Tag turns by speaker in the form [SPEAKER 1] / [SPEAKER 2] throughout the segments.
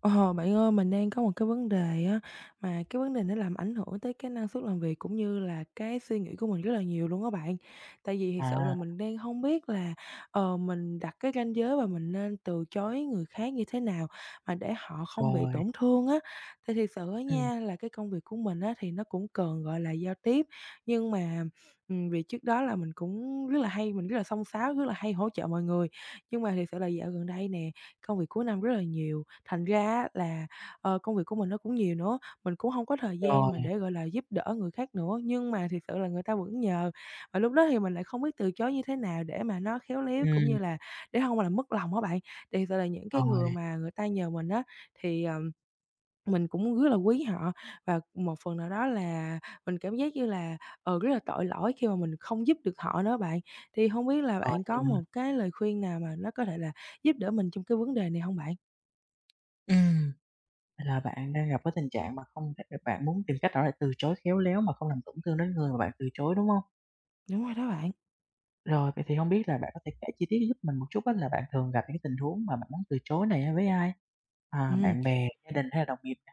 [SPEAKER 1] Ồ bạn ơi, mình đang có một cái vấn đề á, mà cái vấn đề nó làm ảnh hưởng tới cái năng suất làm việc cũng như là cái suy nghĩ của mình rất là nhiều luôn á bạn. Tại vì thiệt sự là
[SPEAKER 2] À,
[SPEAKER 1] mình đang không biết là, mình đặt cái ranh giới và mình nên từ chối người khác như thế nào mà để họ không bị
[SPEAKER 2] rồi,
[SPEAKER 1] tổn thương á. Thì thiệt sự á
[SPEAKER 2] ừm,
[SPEAKER 1] nha, là cái công việc của mình á, thì nó cũng cần, gọi là, giao tiếp, nhưng mà, vì trước đó là mình cũng rất là hay mình rất là xông xáo, rất là hay hỗ trợ mọi người. Nhưng mà thiệt sự là dạo gần đây nè, công việc cuối năm rất là nhiều, thành ra á là, công việc của mình nó cũng nhiều nữa, mình cũng không có thời gian
[SPEAKER 2] rồi,
[SPEAKER 1] mà để, gọi là, giúp đỡ người khác nữa. Nhưng mà thực sự là người ta vẫn nhờ, và lúc đó thì mình lại không biết từ chối như thế nào để mà nó khéo léo, cũng
[SPEAKER 2] ừm,
[SPEAKER 1] như là để không mà làm mất lòng á bạn. Thì thật sự là những cái người
[SPEAKER 2] rồi,
[SPEAKER 1] mà người ta nhờ mình á, thì mình cũng rất là quý họ và một phần nào đó là mình cảm giác như là, rất là tội lỗi khi mà mình không giúp được họ nữa bạn. Thì không biết là
[SPEAKER 2] rồi
[SPEAKER 1] bạn có
[SPEAKER 2] nha.
[SPEAKER 1] một cái lời khuyên nào mà nó có thể là giúp đỡ mình trong cái vấn đề này không bạn?
[SPEAKER 2] Ừm, vậy là bạn đang gặp cái tình trạng mà không thể bạn muốn tìm cách nào để từ chối khéo léo mà không làm tổn thương đến người mà bạn từ chối, đúng hông?
[SPEAKER 1] Đúng rồi đó bạn.
[SPEAKER 2] Rồi, vậy thì hông biết là bạn có thể kể chi tiết giúp mình một chút á, là bạn thường gặp những cái tình huống mà bạn muốn từ chối này á với ai? À,
[SPEAKER 1] Ừ.
[SPEAKER 2] bạn bè, gia đình hay là đồng nghiệp nè?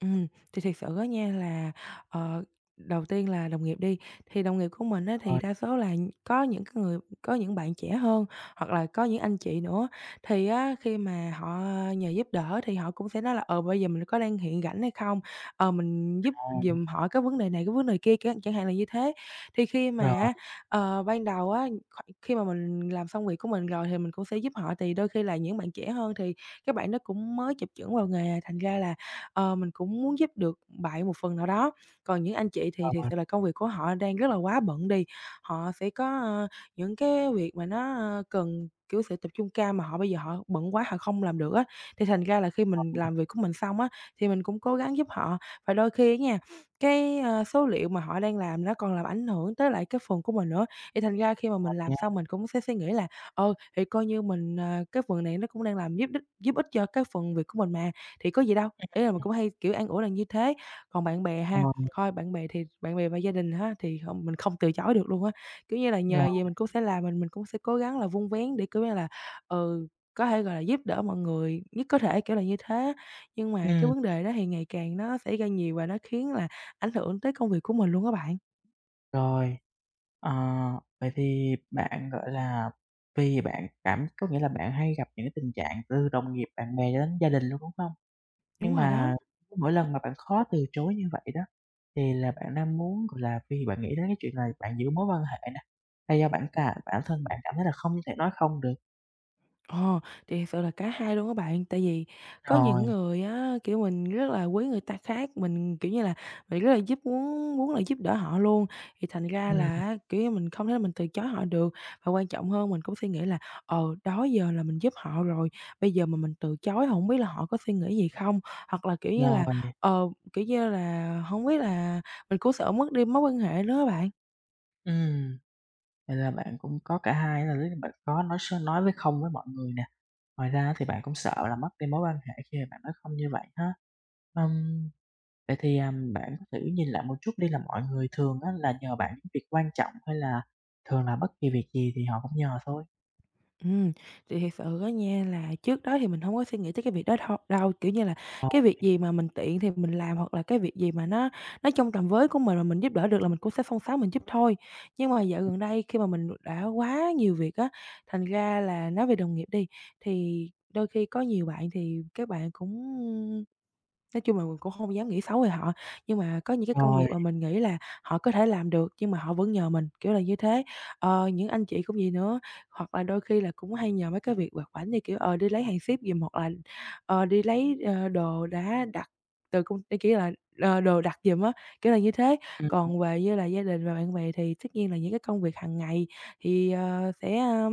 [SPEAKER 1] Ừm, thì thiệt sự á nha là, ờ, đầu tiên là đồng nghiệp đi, thì đồng nghiệp của mình á thì
[SPEAKER 2] Rồi,
[SPEAKER 1] đa số là có những cái người có những bạn trẻ hơn, hoặc là có những anh chị nữa. Thì á khi mà họ nhờ giúp đỡ thì họ cũng sẽ nói là "Ờ, bây giờ mình có đang hiện rảnh hay không? Ờ, mình giúp
[SPEAKER 2] à,
[SPEAKER 1] giùm họ cái vấn đề này, cái vấn đề kia", chẳng chẳng hạn là như thế. Thì khi
[SPEAKER 2] rồi,
[SPEAKER 1] mà ban đầu á, khi mà mình làm xong việc của mình rồi thì mình cũng sẽ giúp họ, thì đôi khi là những bạn trẻ hơn thì các bạn nó cũng mới chập chững vào nghề à, thành ra là mình cũng muốn giúp được bạn một phần nào đó. Còn những anh chị thì
[SPEAKER 2] rồi,
[SPEAKER 1] thiệt
[SPEAKER 2] rồi,
[SPEAKER 1] sự là công việc của họ đang rất là quá bận đi, họ sẽ có, những cái việc mà nó, cần, kiểu, sự tập trung cao mà họ bây giờ họ bận quá họ không làm được á, thì thành ra là khi mình làm việc của mình xong á, thì mình cũng cố gắng giúp họ. Và đôi khi á nha, cái, số liệu mà họ đang làm nó còn làm ảnh hưởng tới lại cái phần của mình nữa, thì thành ra khi mà
[SPEAKER 2] rồi
[SPEAKER 1] mình làm
[SPEAKER 2] nha,
[SPEAKER 1] xong mình cũng sẽ suy nghĩ là, thì coi như mình, cái phần này nó cũng đang làm giúp đích giúp ích cho cái phần việc của mình mà, thì có gì đâu. Ý là mình cũng hay, kiểu, an ủi là như thế. Còn bạn bè ha,
[SPEAKER 2] rồi,
[SPEAKER 1] thôi bạn bè thì bạn bè và gia đình ha, thì hông mình không từ chối được luôn á. Kiểu như là, nhờ
[SPEAKER 2] rồi,
[SPEAKER 1] gì mình cũng sẽ làm, mình cũng sẽ cố gắng là vun vén để, kiểu như là, ừ, có thể, gọi là, giúp đỡ mọi người nhất có thể, kiểu là như thế á. Nhưng mà cái
[SPEAKER 2] ừm,
[SPEAKER 1] vấn đề đó thì ngày càng nó xảy ra nhiều và nó khiến là ảnh hưởng tới công việc của mình luôn á bạn.
[SPEAKER 2] rồi. Ờ, vậy thì bạn, gọi là, vì bạn cảm có nghĩa là bạn hay gặp những cái tình trạng từ đồng nghiệp, bạn bè cho đến gia đình luôn, đúng không? Nhưng
[SPEAKER 1] Đúng rồi đó.
[SPEAKER 2] mà mỗi lần mà bạn khó từ chối như vậy đó, thì là bạn đang muốn, gọi là, vì bạn nghĩ đến cái chuyện là bạn giữ mối quan hệ nè, hay do bản cả bản thân bạn cảm thấy là không thể nói không được?
[SPEAKER 1] Ồ, thì thật sự là cả hai luôn các bạn, tại vì có những
[SPEAKER 2] Rồi,
[SPEAKER 1] người á, kiểu, mình rất là quý người ta khác, mình, kiểu như là, mình rất là giúp muốn muốn là giúp đỡ họ luôn, thì thành ra
[SPEAKER 2] ừm,
[SPEAKER 1] là kiểu như, mình không thể là mình từ chối họ được. Và quan trọng hơn mình cũng suy nghĩ là, đó giờ là mình giúp họ rồi, bây giờ mà mình từ chối không biết là họ có suy nghĩ gì không? Hoặc là, kiểu như
[SPEAKER 2] rồi,
[SPEAKER 1] là, ờ, không biết là mình cũng sợ mất đi mối quan hệ nữa á bạn.
[SPEAKER 2] ừm, vậy là bạn cũng có cả hai, là bạn có nói với không với mọi người nè, ngoài ra thì bạn cũng sợ là mất đi mối quan hệ khi mà bạn nói không như vậy ha. Ừm. Vậy thì, à, bạn có thử nhìn lại một chút đi, là mọi người thường á là nhờ bạn những việc quan trọng hay là thường là bất kỳ việc gì thì họ cũng nhờ thôi?
[SPEAKER 1] Ừm, thì thiệt sự á nha là trước đó thì mình không có suy nghĩ tới cái việc đó thôi đâu, kiểu như là,
[SPEAKER 2] Ờ,
[SPEAKER 1] cái việc gì mà mình tiện thì mình làm hoặc là cái việc gì mà nó trong tầm với của mình mà mình giúp đỡ được là mình cũng sẽ xông xáo mình giúp thôi. Nhưng mà dạo gần đây khi mà mình đã quá nhiều việc á, thành ra là nói về đồng nghiệp đi, thì đôi khi có nhiều bạn thì các bạn cũng nói chung là mình cũng không dám nghĩ xấu về họ, nhưng mà có những cái công việc
[SPEAKER 2] rồi,
[SPEAKER 1] mà mình nghĩ là họ có thể làm được nhưng mà họ vẫn nhờ mình, kiểu là như thế. Những anh chị cũng vậy nữa, hoặc là đôi khi là cũng hay nhờ mấy cái việc vặt vãnh như, kiểu, đi lấy hàng ship giùm, hoặc là, đi lấy, đồ đã đặt từ công ty, kiểu là, đồ đặt giùm á, kiểu là như thế.
[SPEAKER 2] ừm,
[SPEAKER 1] Còn về như là gia đình và bạn bè thì tất nhiên là những cái công việc hàng ngày thì, ờ, sẽ, a,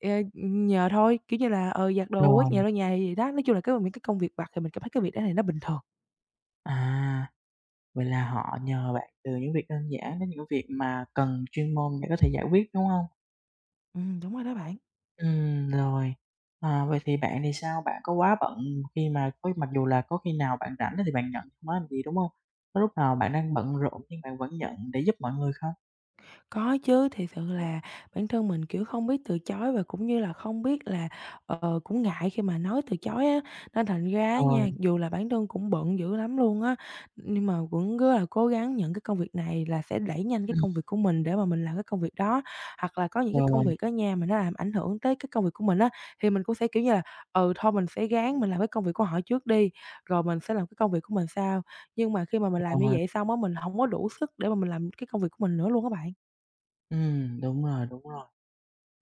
[SPEAKER 1] ờ, nhờ thôi, kiểu như là, giặt đồ,
[SPEAKER 2] rồi.
[SPEAKER 1] quét nhà, lau nhà gì đó. Nói chung là cái những cái công việc vặt thì mình cảm thấy cái việc đó này nó bình thường.
[SPEAKER 2] À, vậy là họ nhờ bạn từ những việc đơn giản đến những việc mà cần chuyên môn để có thể giải quyết, đúng không?
[SPEAKER 1] Ừ, đúng rồi đó bạn.
[SPEAKER 2] Rồi. À, vậy thì bạn thì sao? Bạn có quá bận khi mà có, mặc dù là có khi nào bạn rảnh thì bạn nhận không á làm gì, đúng không? Có lúc nào bạn đang bận rộn nhưng bạn vẫn nhận để giúp mọi người không?
[SPEAKER 1] Có chứ, thì sự là bản thân mình, kiểu, không biết từ chối và cũng như là không biết là, cũng ngại khi mà nói từ chối á, nên thành ra á
[SPEAKER 2] Rồi,
[SPEAKER 1] nha, dù là bản thân cũng bận dữ lắm luôn á, nhưng mà cũng rất là cố gắng nhận cái công việc này là sẽ đẩy nhanh cái
[SPEAKER 2] ừm,
[SPEAKER 1] công việc của mình để mà mình làm cái công việc đó. Hoặc là có những cái công
[SPEAKER 2] rồi,
[SPEAKER 1] việc á nha, mà nó làm ảnh hưởng tới cái công việc của mình á, thì mình cũng sẽ, kiểu như là, thôi mình sẽ ráng mình làm cái công việc của họ trước đi, rồi mình sẽ làm cái công việc của mình sau. Nhưng mà khi mà mình làm như
[SPEAKER 2] rồi.
[SPEAKER 1] vậy xong á, mình không có đủ sức để mà mình làm cái công việc của mình nữa luôn các bạn.
[SPEAKER 2] Đúng rồi, đúng rồi.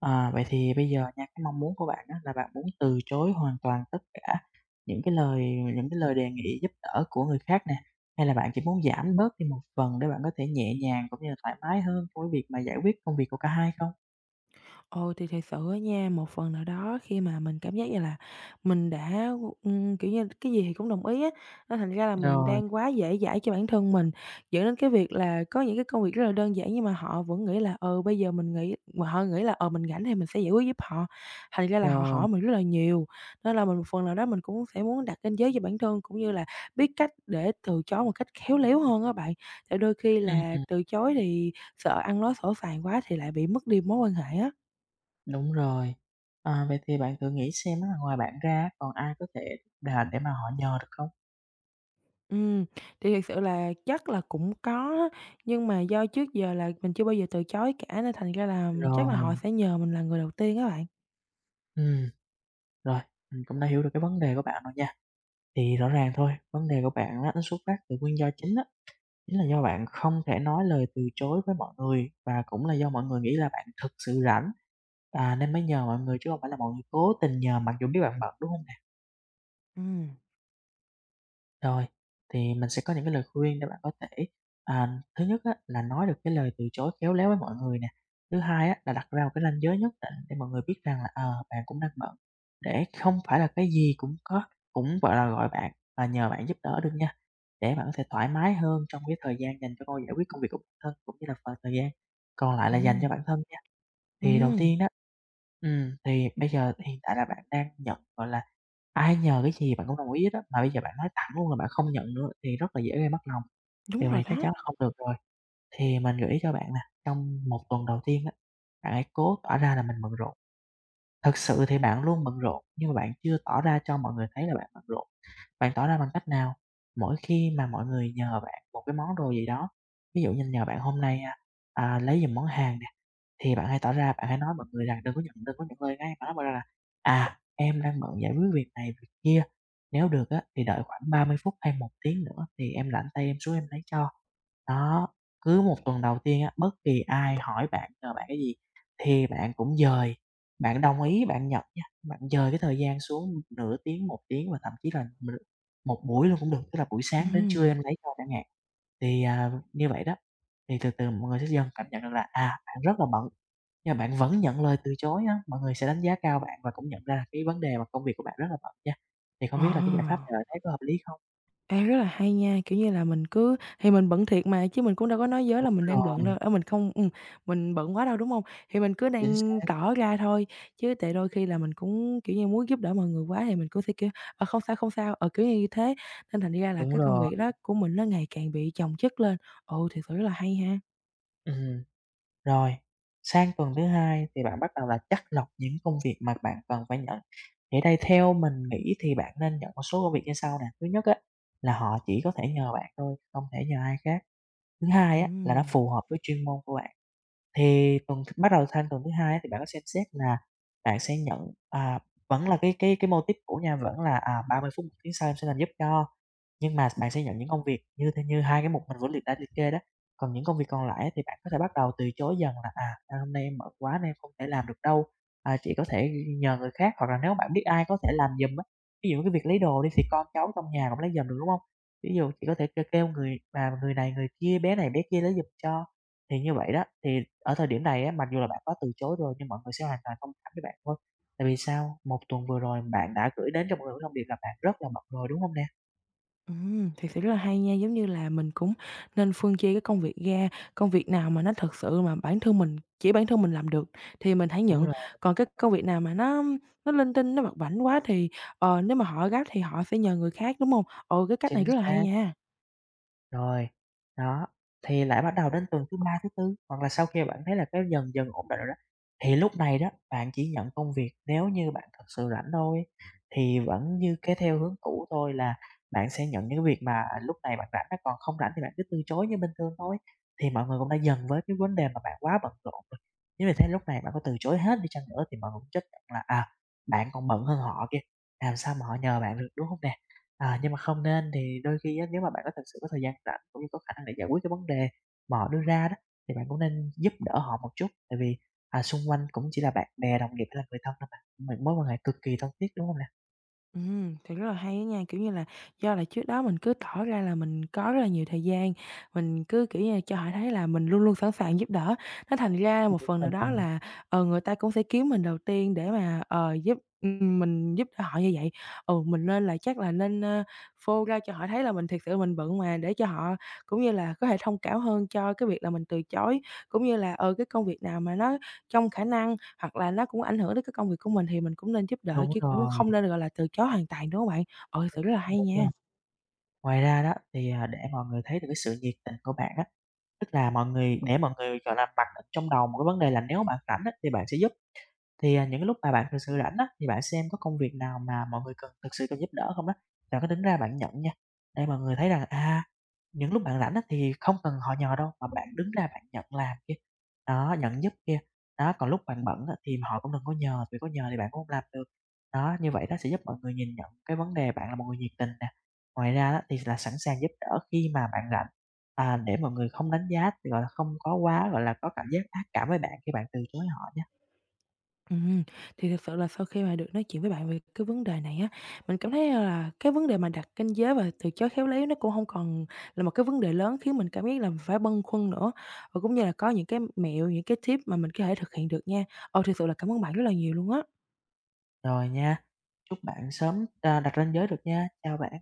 [SPEAKER 2] À, vậy thì bây giờ nha, cái mong muốn của bạn á là bạn muốn từ chối hoàn toàn tất cả những cái lời những cái lời đề nghị giúp đỡ của người khác nè, hay là bạn chỉ muốn giảm bớt đi một phần để bạn có thể nhẹ nhàng cũng như là thoải mái hơn trong cái việc mà giải quyết công việc của cả hai không?
[SPEAKER 1] Ồ, thì thật sự á nha, một phần nào đó khi mà mình cảm giác như là mình đã, kiểu như, cái gì thì cũng đồng ý á, nên thành ra là mình
[SPEAKER 2] Rồi,
[SPEAKER 1] đang quá dễ dãi cho bản thân mình, dẫn đến cái việc là có những cái công việc rất là đơn giản nhưng mà họ vẫn nghĩ là, bây giờ mình nghĩ mà họ nghĩ là, mình rảnh thì mình sẽ giải quyết giúp họ, thành ra là họ
[SPEAKER 2] rồi,
[SPEAKER 1] hỏi mình rất là nhiều. Nên là mình một phần nào đó mình cũng sẽ muốn đặt ranh giới cho bản thân, cũng như là biết cách để từ chối một cách khéo léo hơn á bạn, tại đôi khi
[SPEAKER 2] ừm,
[SPEAKER 1] là
[SPEAKER 2] ừm,
[SPEAKER 1] từ chối thì sợ ăn nói sổ sàng quá thì lại bị mất đi mối quan hệ á.
[SPEAKER 2] đúng rồi. À, vậy thì bạn thử nghĩ xem á, ngoài bạn ra còn ai có thể đà để mà họ nhờ được không?
[SPEAKER 1] Ừm, thì thiệt sự là chắc là cũng có á, nhưng mà do trước giờ là mình chưa bao giờ từ chối cả nên thành ra là chắc là họ
[SPEAKER 2] Rồi,
[SPEAKER 1] sẽ nhờ mình là người đầu tiên á bạn.
[SPEAKER 2] ừm, rồi, mình cũng đã hiểu được cái vấn đề của bạn rồi nha. Thì rõ ràng thôi, vấn đề của bạn á, nó xuất phát từ nguyên do chính á, chính là do bạn không thể nói lời từ chối với mọi người, và cũng là do mọi người nghĩ là bạn thực sự rảnh, à, nên mới nhờ mọi người chứ không phải là mọi người cố tình nhờ mặc dù biết bạn bận, đúng hông?
[SPEAKER 1] Ừm.
[SPEAKER 2] Rồi, thì mình sẽ có những cái lời khuyên để bạn có thể, à, thứ nhất á, là nói được cái lời từ chối khéo léo với mọi người nè. Thứ hai á, là đặt ra một cái ranh giới nhất định để mọi người biết rằng là, ờ, bạn cũng đang bận, để không phải là cái gì cũng có, cũng, gọi là, gọi bạn và nhờ bạn giúp đỡ được nha, để bạn có thể thoải mái hơn trong cái thời gian dành cho giải quyết công việc của bản thân, cũng như là phần thời gian còn lại là dành cho
[SPEAKER 1] Ừm,
[SPEAKER 2] bản thân nha. Thì đầu
[SPEAKER 1] ừm,
[SPEAKER 2] tiên đó, thì bây giờ hiện tại là bạn đang nhận, gọi là, ai nhờ cái gì bạn cũng đồng ý hết á, mà bây giờ bạn nói thẳng luôn là bạn không nhận nữa thì rất là dễ gây mất lòng,
[SPEAKER 1] đúng
[SPEAKER 2] điều
[SPEAKER 1] rồi
[SPEAKER 2] này chắc
[SPEAKER 1] đó.
[SPEAKER 2] chắn là không được rồi. Thì mình gợi ý cho bạn nè, trong một tuần đầu tiên á, bạn hãy cố tỏ ra là mình bận rộn, thực sự thì bạn luôn bận rộn, nhưng mà bạn chưa tỏ ra cho mọi người thấy là bạn bận rộn. Bạn tỏ ra bằng cách nào? Mỗi khi mà mọi người nhờ bạn một cái món đồ gì đó, ví dụ như nhờ bạn hôm nay, a, à, lấy giùm món hàng đi, thì bạn hãy tỏ ra, bạn hãy nói mọi người rằng đừng có nhận lời ngay, bạn nói mọi người rằng là "À, em đang bận giải quyết việc này, việc kia, nếu được á thì đợi khoảng 30 phút hay một tiếng nữa thì em rảnh tay em xuống em lấy cho." Đó, cứ một tuần đầu tiên á, bất kỳ ai hỏi bạn, nhờ bạn cái gì thì bạn cũng dời, bạn đồng ý bạn nhận nha, bạn dời cái thời gian xuống nửa tiếng, một tiếng và thậm chí là một buổi luôn cũng được, tức là buổi sáng đến trưa
[SPEAKER 1] Ừm,
[SPEAKER 2] em lấy cho chẳng hạn. Thì, à, như vậy đó, thì từ từ mọi người sẽ dần cảm nhận được là, à, bạn rất là bận. Nhưng mà bạn vẫn nhận lời từ chối á, mọi người sẽ đánh giá cao bạn và cũng nhận ra là cái vấn đề mà công việc của bạn rất là bận nha. Thì không
[SPEAKER 1] ờ.
[SPEAKER 2] biết là cái giải pháp này bạn thấy có hợp lý không?
[SPEAKER 1] Ê, rất là hay nha, kiểu như là, mình cứ thì mình bận thiệt mà, chứ mình cũng đâu có nói dối là
[SPEAKER 2] Đúng
[SPEAKER 1] mình đang bận
[SPEAKER 2] rồi,
[SPEAKER 1] đâu, ở mình không mình bận quá đâu, đúng không? Thì mình cứ
[SPEAKER 2] chính
[SPEAKER 1] đang
[SPEAKER 2] xác,
[SPEAKER 1] tỏ ra thôi, chứ tại đôi khi là mình cũng, kiểu như, muốn giúp đỡ mọi người quá thì mình cũng sẽ, kiểu, "Ờ, không sao, không sao", ờ, kiểu như thế, nên thành ra là
[SPEAKER 2] đúng
[SPEAKER 1] cái công
[SPEAKER 2] rồi.
[SPEAKER 1] việc đó của mình nó ngày càng bị chồng chất lên. Ừ, thiệt sự rất là hay ha.
[SPEAKER 2] Ừm. Rồi, sang tuần thứ hai thì bạn bắt đầu là chắt lọc những công việc mà bạn cần phải nhận. Thì ở đây theo mình nghĩ thì bạn nên nhận một số công việc như sau nè. Thứ nhất á, là họ chỉ có thể nhờ bạn thôi, không thể nhờ ai khác. Thứ hai á, là nó
[SPEAKER 1] Ừm.
[SPEAKER 2] phù hợp với chuyên môn của bạn. Thì tuần bắt đầu sang tuần thứ hai á, thì bạn có xem xét là bạn sẽ nhận, à, vẫn là cái mô típ cũ nha, vẫn là à, 30 phút một tiếng sau em sẽ làm giúp cho. Nhưng mà bạn sẽ nhận những công việc như thế, như hai cái mục mình vừa đã liệt kê đó, còn những công việc còn lại á thì bạn có thể bắt đầu từ chối dần là, à, à, "Hôm nay em bận quá nên em không thể làm được đâu, à, chị có thể nhờ người khác." Hoặc là nếu bạn biết ai có thể làm giùm á, ví dụ cái việc lấy đồ đi thì con cháu trong nhà cũng lấy giùm được, đúng không? Ví dụ chị có thể kêu kêu người mà người này người kia, bé này bé kia lấy giùm cho. Thì như vậy đó, thì ở thời điểm này á, mặc dù là bạn có từ chối rồi nhưng mọi người sẽ hoàn toàn thông cảm với bạn thôi. Tại vì sao? Một tuần vừa rồi bạn đã gửi đến cho mọi người một thông điệp là bạn rất là bận rồi, đúng không nè?
[SPEAKER 1] Thiệt sự rất là hay nha, giống như là mình cũng nên phân chia cái công việc ra, công việc nào mà nó thật sự mà bản thân mình chỉ bản thân mình làm được thì mình hãy
[SPEAKER 2] Đúng
[SPEAKER 1] nhận,
[SPEAKER 2] rồi,
[SPEAKER 1] còn cái công việc nào mà nó linh tinh, nó bập bảnh quá thì, nếu mà họ gấp thì họ sẽ nhờ người khác, đúng không? Ừ, cái cách này
[SPEAKER 2] chính
[SPEAKER 1] rất là hay
[SPEAKER 2] xác.
[SPEAKER 1] nha.
[SPEAKER 2] Rồi, đó, thì lại bắt đầu đến tuần thứ 3 thứ tư hoặc là sau khi bạn thấy là cái dần dần ổn định rồi đó, thì lúc này đó bạn chỉ nhận công việc nếu như bạn thật sự rảnh thôi. Thì vẫn như cái theo hướng cũ thôi, là bạn sẽ nhận những cái việc mà lúc này bạn rảnh á, còn không rảnh thì bạn cứ từ chối như bình thường thôi. Thì mọi người cũng đã dần với cái vấn đề mà bạn quá bận rộn rồi, nếu như thế lúc này bạn có từ chối hết đi chăng nữa thì mọi người cũng chấp nhận là, à, bạn còn bận hơn họ kia, làm sao mà họ nhờ bạn được, đúng không nè? À, nhưng mà không nên, thì đôi khi á, nếu mà bạn có thực sự có thời gian rảnh cũng như có khả năng để giải quyết cái vấn đề mà họ đưa ra đó, thì bạn cũng nên giúp đỡ họ một chút. Tại vì, à, xung quanh cũng chỉ là bạn bè, đồng nghiệp hay là người thân thôi mà, một mối quan hệ cực kỳ thân thiết, đúng không nè?
[SPEAKER 1] Thì rất là hay á nha, kiểu như là, do là trước đó mình cứ tỏ ra là mình có rất là nhiều thời gian, mình cứ, kiểu như là, cho họ thấy là mình luôn luôn sẵn sàng giúp đỡ, nó thành ra một
[SPEAKER 2] Đúng
[SPEAKER 1] phần nào đó
[SPEAKER 2] rồi,
[SPEAKER 1] là, người ta cũng sẽ kiếm mình đầu tiên để mà, ờ, giúp mình giúp đỡ họ như vậy. Ừ, mình nên là chắc là nên, phô ra cho họ thấy là mình thực sự mình bận mà, để cho họ cũng như là có thể thông cảm hơn cho cái việc là mình từ chối, cũng như là, cái công việc nào mà nó trong khả năng hoặc là nó cũng ảnh hưởng đến cái công việc của mình thì mình cũng nên giúp đỡ
[SPEAKER 2] đúng
[SPEAKER 1] chứ cũng
[SPEAKER 2] rồi,
[SPEAKER 1] không nên, gọi là, từ chối hoàn toàn, đúng hông bạn? Ờ, thật sự rất là hay
[SPEAKER 2] đúng rồi.
[SPEAKER 1] nha.
[SPEAKER 2] Ngoài ra đó thì, à, để mọi người thấy được cái sự nhiệt tình của bạn á, tức là mọi người, để mọi người, gọi là, mặc định trong đầu một cái vấn đề là nếu bạn rảnh á, thì bạn sẽ giúp. Thì, à, những cái lúc mà bạn thực sự rảnh á, thì bạn xem có công việc nào mà mọi người thực sự cần giúp đỡ không đó, và cứ đứng ra bạn nhận nha, để mọi người thấy rằng, à, những lúc bạn rảnh á, thì không cần họ nhờ đâu, mà bạn đứng ra bạn nhận làm kia, đó, nhận giúp kia. Đó, còn lúc bạn bận á, thì họ cũng đừng có nhờ, vì có nhờ thì bạn cũng không làm được. Đó, như vậy đó sẽ giúp mọi người nhìn nhận cái vấn đề bạn là một người nhiệt tình nè. Ngoài ra á, thì là sẵn sàng giúp đỡ khi mà bạn rảnh, à, để mọi người không đánh giá, thì gọi là, không có quá, gọi là, có cảm giác ác cảm với bạn khi bạn từ chối họ nha.
[SPEAKER 1] Ừm, thì thực sự là sau khi mà được nói chuyện với bạn về cái vấn đề này á, mình cảm thấy, là cái vấn đề mà đặt ranh giới và từ chối khéo léo nó cũng không còn là một cái vấn đề lớn khiến mình cảm giác là mình phải bâng khuâng nữa, và cũng như là có những cái mẹo, những cái tip mà mình có thể thực hiện được nha. Ồ, thực sự là cảm ơn bạn rất là nhiều luôn á.
[SPEAKER 2] Rồi nha. Chúc bạn sớm, à, đặt ranh giới được nha. Chào bạn.